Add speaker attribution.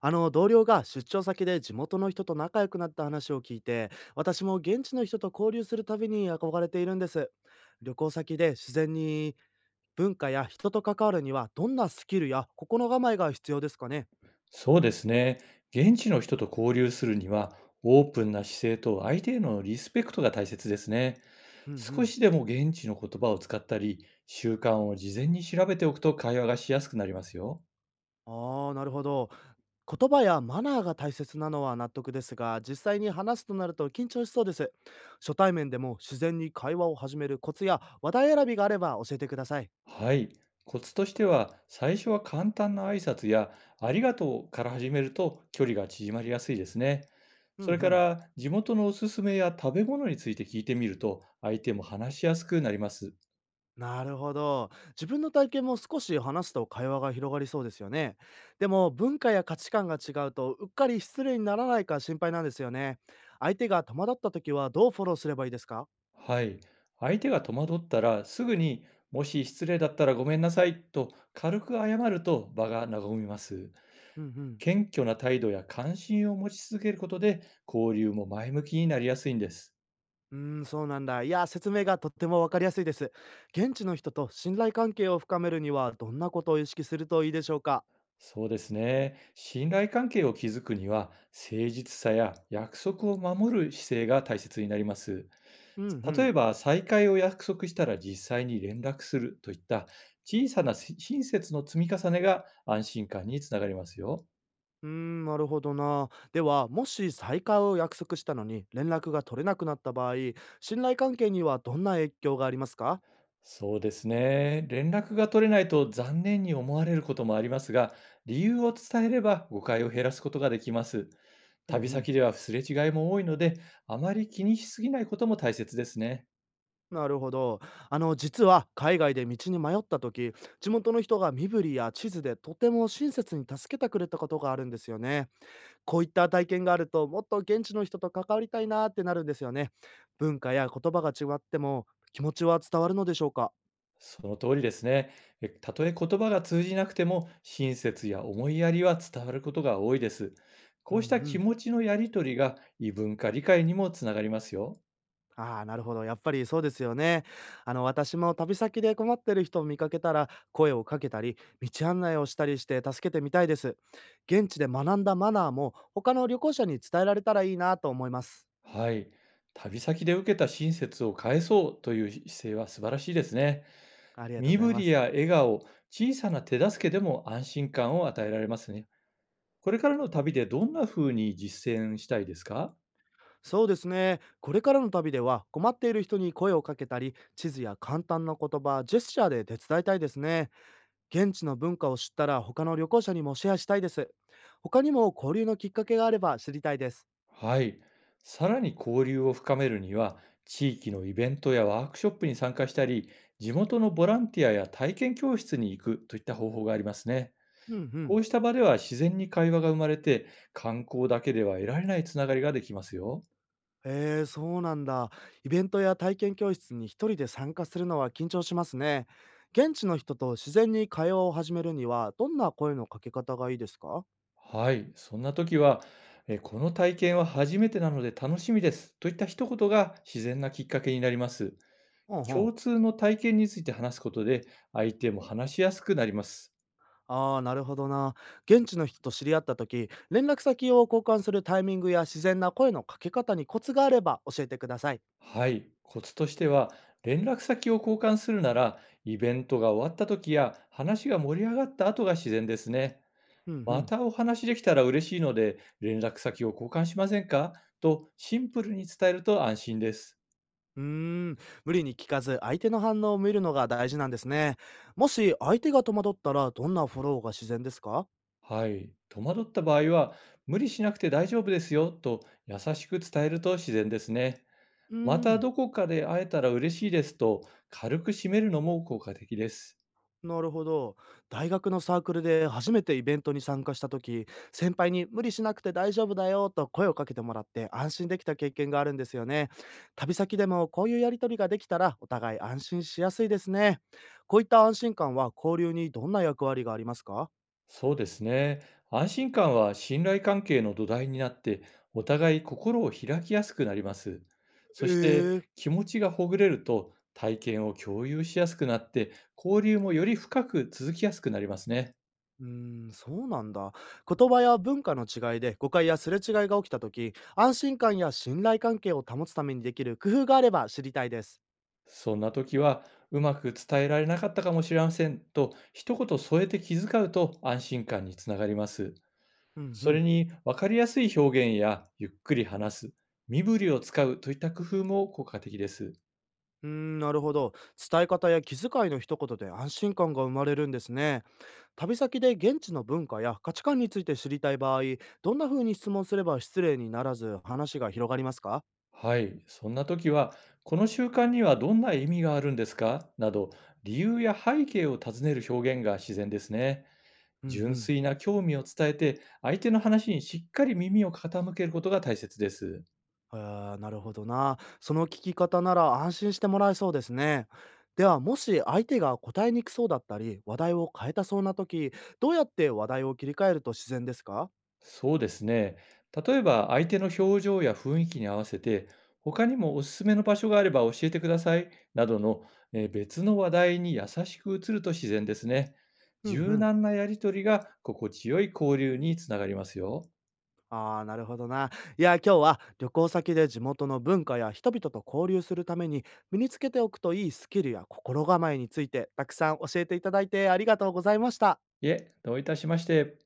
Speaker 1: あの同僚が出張先で地元の人と仲良くなった話を聞いて、私も現地の人と交流するたびに憧れているんです。旅行先で自然に文化や人と関わるには、どんなスキルや心構えが必要ですかね？
Speaker 2: そうですね。現地の人と交流するには、オープンな姿勢と相手へのリスペクトが大切ですね。
Speaker 1: うんう
Speaker 2: 少
Speaker 1: ん。
Speaker 2: しでも現地の言葉を使ったり、習慣を事前に調べておくと会話がしやすくなりますよ。
Speaker 1: ああー、なるほど。言葉やマナーが大切なのは納得ですが、実際に話すとなると緊張しそうです。初対面でも自然に会話を始めるコツや話題選びがあれば教えてください。
Speaker 2: はい。コツとしては、最初は簡単な挨拶や、ありがとうから始めると距離が縮まりやすいですね。
Speaker 1: うんう
Speaker 2: それか
Speaker 1: ん。
Speaker 2: ら、地元のおすすめや食べ物について聞いてみると、相手も話しやすくなります。
Speaker 1: なるほど。自分の体験も少し話すと会話が広がりそうですよね。でも文化や価値観が違うとうっかり失礼にならないか心配なんですよね。相手が戸惑った時はどうフォローすればいいですか？
Speaker 2: はい。相手が戸惑ったら、すぐに、もし失礼だったらごめんなさいと軽く謝ると場が和みます。
Speaker 1: うんうん。
Speaker 2: 謙虚な態度や関心を持ち続けることで、交流も前向きになりやすいんです。
Speaker 1: うーん、そうなんだ。いや、説明がとってもわかりやすいです。現地の人と信頼関係を深めるにはどんなことを意識するといいでしょうか？
Speaker 2: そうですね。信頼関係を築くには、誠実さや約束を守る姿勢が大切になります。
Speaker 1: うんう
Speaker 2: 例
Speaker 1: ん。
Speaker 2: えば、再会を約束したら実際に連絡するといった小さなし親切の積み重ねが安心感につながりますよ。
Speaker 1: うーん、なるほどな。では、もし再会を約束したのに連絡が取れなくなった場合、信頼関係にはどんな影響がありますか？
Speaker 2: そうですね。連絡が取れないと残念に思われることもありますが、理由を伝えれば誤解を減らすことができます。
Speaker 1: うんう
Speaker 2: 旅
Speaker 1: ん。
Speaker 2: 先ではすれ違いも多いので、あまり気にしすぎないことも大切ですね。
Speaker 1: なるほど。実は海外で道に迷った時、地元の人が身振りや地図でとても親切に助けてくれたことがあるんですよね。こういった体験があると、もっと現地の人と関わりたいなーってなるんですよね。文化や言葉が違っても気持ちは伝わるのでしょうか？
Speaker 2: その通りですね。たとえ言葉が通じなくても、親切や思いやりは伝わることが多いです。
Speaker 1: う
Speaker 2: こ
Speaker 1: んう
Speaker 2: うした気
Speaker 1: ん。
Speaker 2: 持ちのやりとりが異文化理解にもつながりますよ。
Speaker 1: ああ、なるほど。やっぱりそうですよね。私も旅先で困ってる人を見かけたら、声をかけたり、道案内をしたりして助けてみたいです。現地で学んだマナーも、他の旅行者に伝えられたらいいなと思います。
Speaker 2: はい。旅先で受けた親切を返そうという姿勢は素晴らしいですね。
Speaker 1: ありがとうご
Speaker 2: 身
Speaker 1: ざい
Speaker 2: 振
Speaker 1: ま
Speaker 2: り
Speaker 1: す。
Speaker 2: や笑顔、小さな手助けでも安心感を与えられますね。これからの旅でどんな風に実践したいですか？
Speaker 1: そうですね。これからの旅では、困っている人に声をかけたり、地図や簡単な言葉、ジェスチャーで手伝いたいですね。現地の文化を知ったら、他の旅行者にもシェアしたいです。他にも交流のきっかけがあれば知りたいです。
Speaker 2: はい。さらに交流を深めるには、地域のイベントやワークショップに参加したり、地元のボランティアや体験教室に行くといった方法がありますね。
Speaker 1: うんう
Speaker 2: こ
Speaker 1: ん。
Speaker 2: うした場では自然に会話が生まれて、観光だけでは得られないつながりができますよ。
Speaker 1: へえ、そうなんだ。イベントや体験教室に一人で参加するのは緊張しますね。現地の人と自然に会話を始めるには、どんな声のかけ方がいいですか？
Speaker 2: はい。そんな時は、この体験は初めてなので楽しみですといった一言が自然なきっかけになります。
Speaker 1: うんうん。
Speaker 2: 共通の体験について話すことで、相手も話しやすくなります。
Speaker 1: ああ、なるほどな。現地の人と知り合った時、連絡先を交換するタイミングや自然な声のかけ方にコツがあれば教えてください。
Speaker 2: はい、コツとしては、連絡先を交換するなら、イベントが終わった時や話が盛り上がった後が自然ですね。
Speaker 1: うんう
Speaker 2: ま
Speaker 1: ん。
Speaker 2: たお話できたら嬉しいので、連絡先を交換しませんかとシンプルに伝えると安心です。
Speaker 1: うーん、無理に聞かず相手の反応を見るのが大事なんですね。もし相手が戸惑ったらどんなフォローが自然ですか？
Speaker 2: はい、戸惑った場合は、無理しなくて大丈夫ですよと優しく伝えると自然ですね。
Speaker 1: うー
Speaker 2: また
Speaker 1: ん、
Speaker 2: どこかで会えたら嬉しいですと軽く締めるのも効果的です。
Speaker 1: なるほど。大学のサークルで初めてイベントに参加した時、先輩に無理しなくて大丈夫だよと声をかけてもらって安心できた経験があるんですよね。旅先でもこういうやりとりができたらお互い安心しやすいですね。こういった安心感は交流にどんな役割がありますか？
Speaker 2: そうですね。安心感は信頼関係の土台になって、お互い心を開きやすくなります。
Speaker 1: え
Speaker 2: そ
Speaker 1: え
Speaker 2: して
Speaker 1: ー。
Speaker 2: 気持ちがほぐれると体験を共有しやすくなって、交流もより深く続きやすくなりますね。
Speaker 1: うーん、そうなんだ。言葉や文化の違いで誤解やすれ違いが起きた時、安心感や信頼関係を保つためにできる工夫があれば知りたいです。
Speaker 2: そんな時は、うまく伝えられなかったかもしれませんと一言添えて気遣うと安心感につながります。
Speaker 1: うんう
Speaker 2: それ
Speaker 1: ん。
Speaker 2: に分かりやすい表現やゆっくり話す、身振りを使うといった工夫も効果的です。
Speaker 1: うーん、なるほど。伝え方や気遣いの一言で安心感が生まれるんですね。旅先で現地の文化や価値観について知りたい場合、どんな風に質問すれば失礼にならず話が広がりますか？
Speaker 2: はい、そんな時は、この習慣にはどんな意味があるんですかなど、理由や背景を尋ねる表現が自然ですね。
Speaker 1: うんう
Speaker 2: 純
Speaker 1: ん。
Speaker 2: 粋な興味を伝えて、相手の話にしっかり耳を傾けることが大切です。
Speaker 1: あー、なるほどな。その聞き方なら安心してもらえそうですね。では、もし相手が答えにくそうだったり、話題を変えたそうな時、どうやって話題を切り替えると自然ですか？
Speaker 2: そうですね。例えば、相手の表情や雰囲気に合わせて、他にもおすすめの場所があれば教えてくださいなどの、別の話題に優しく移ると自然ですね。
Speaker 1: うんう
Speaker 2: 柔
Speaker 1: ん。
Speaker 2: 軟なやりとりが心地よい交流につながりますよ。
Speaker 1: ああ、なるほどな。いや、今日は旅行先で地元の文化や人々と交流するために身につけておくといいスキルや心構えについてたくさん教えていただいてありがとうございました。
Speaker 2: いえ、どういたしまして。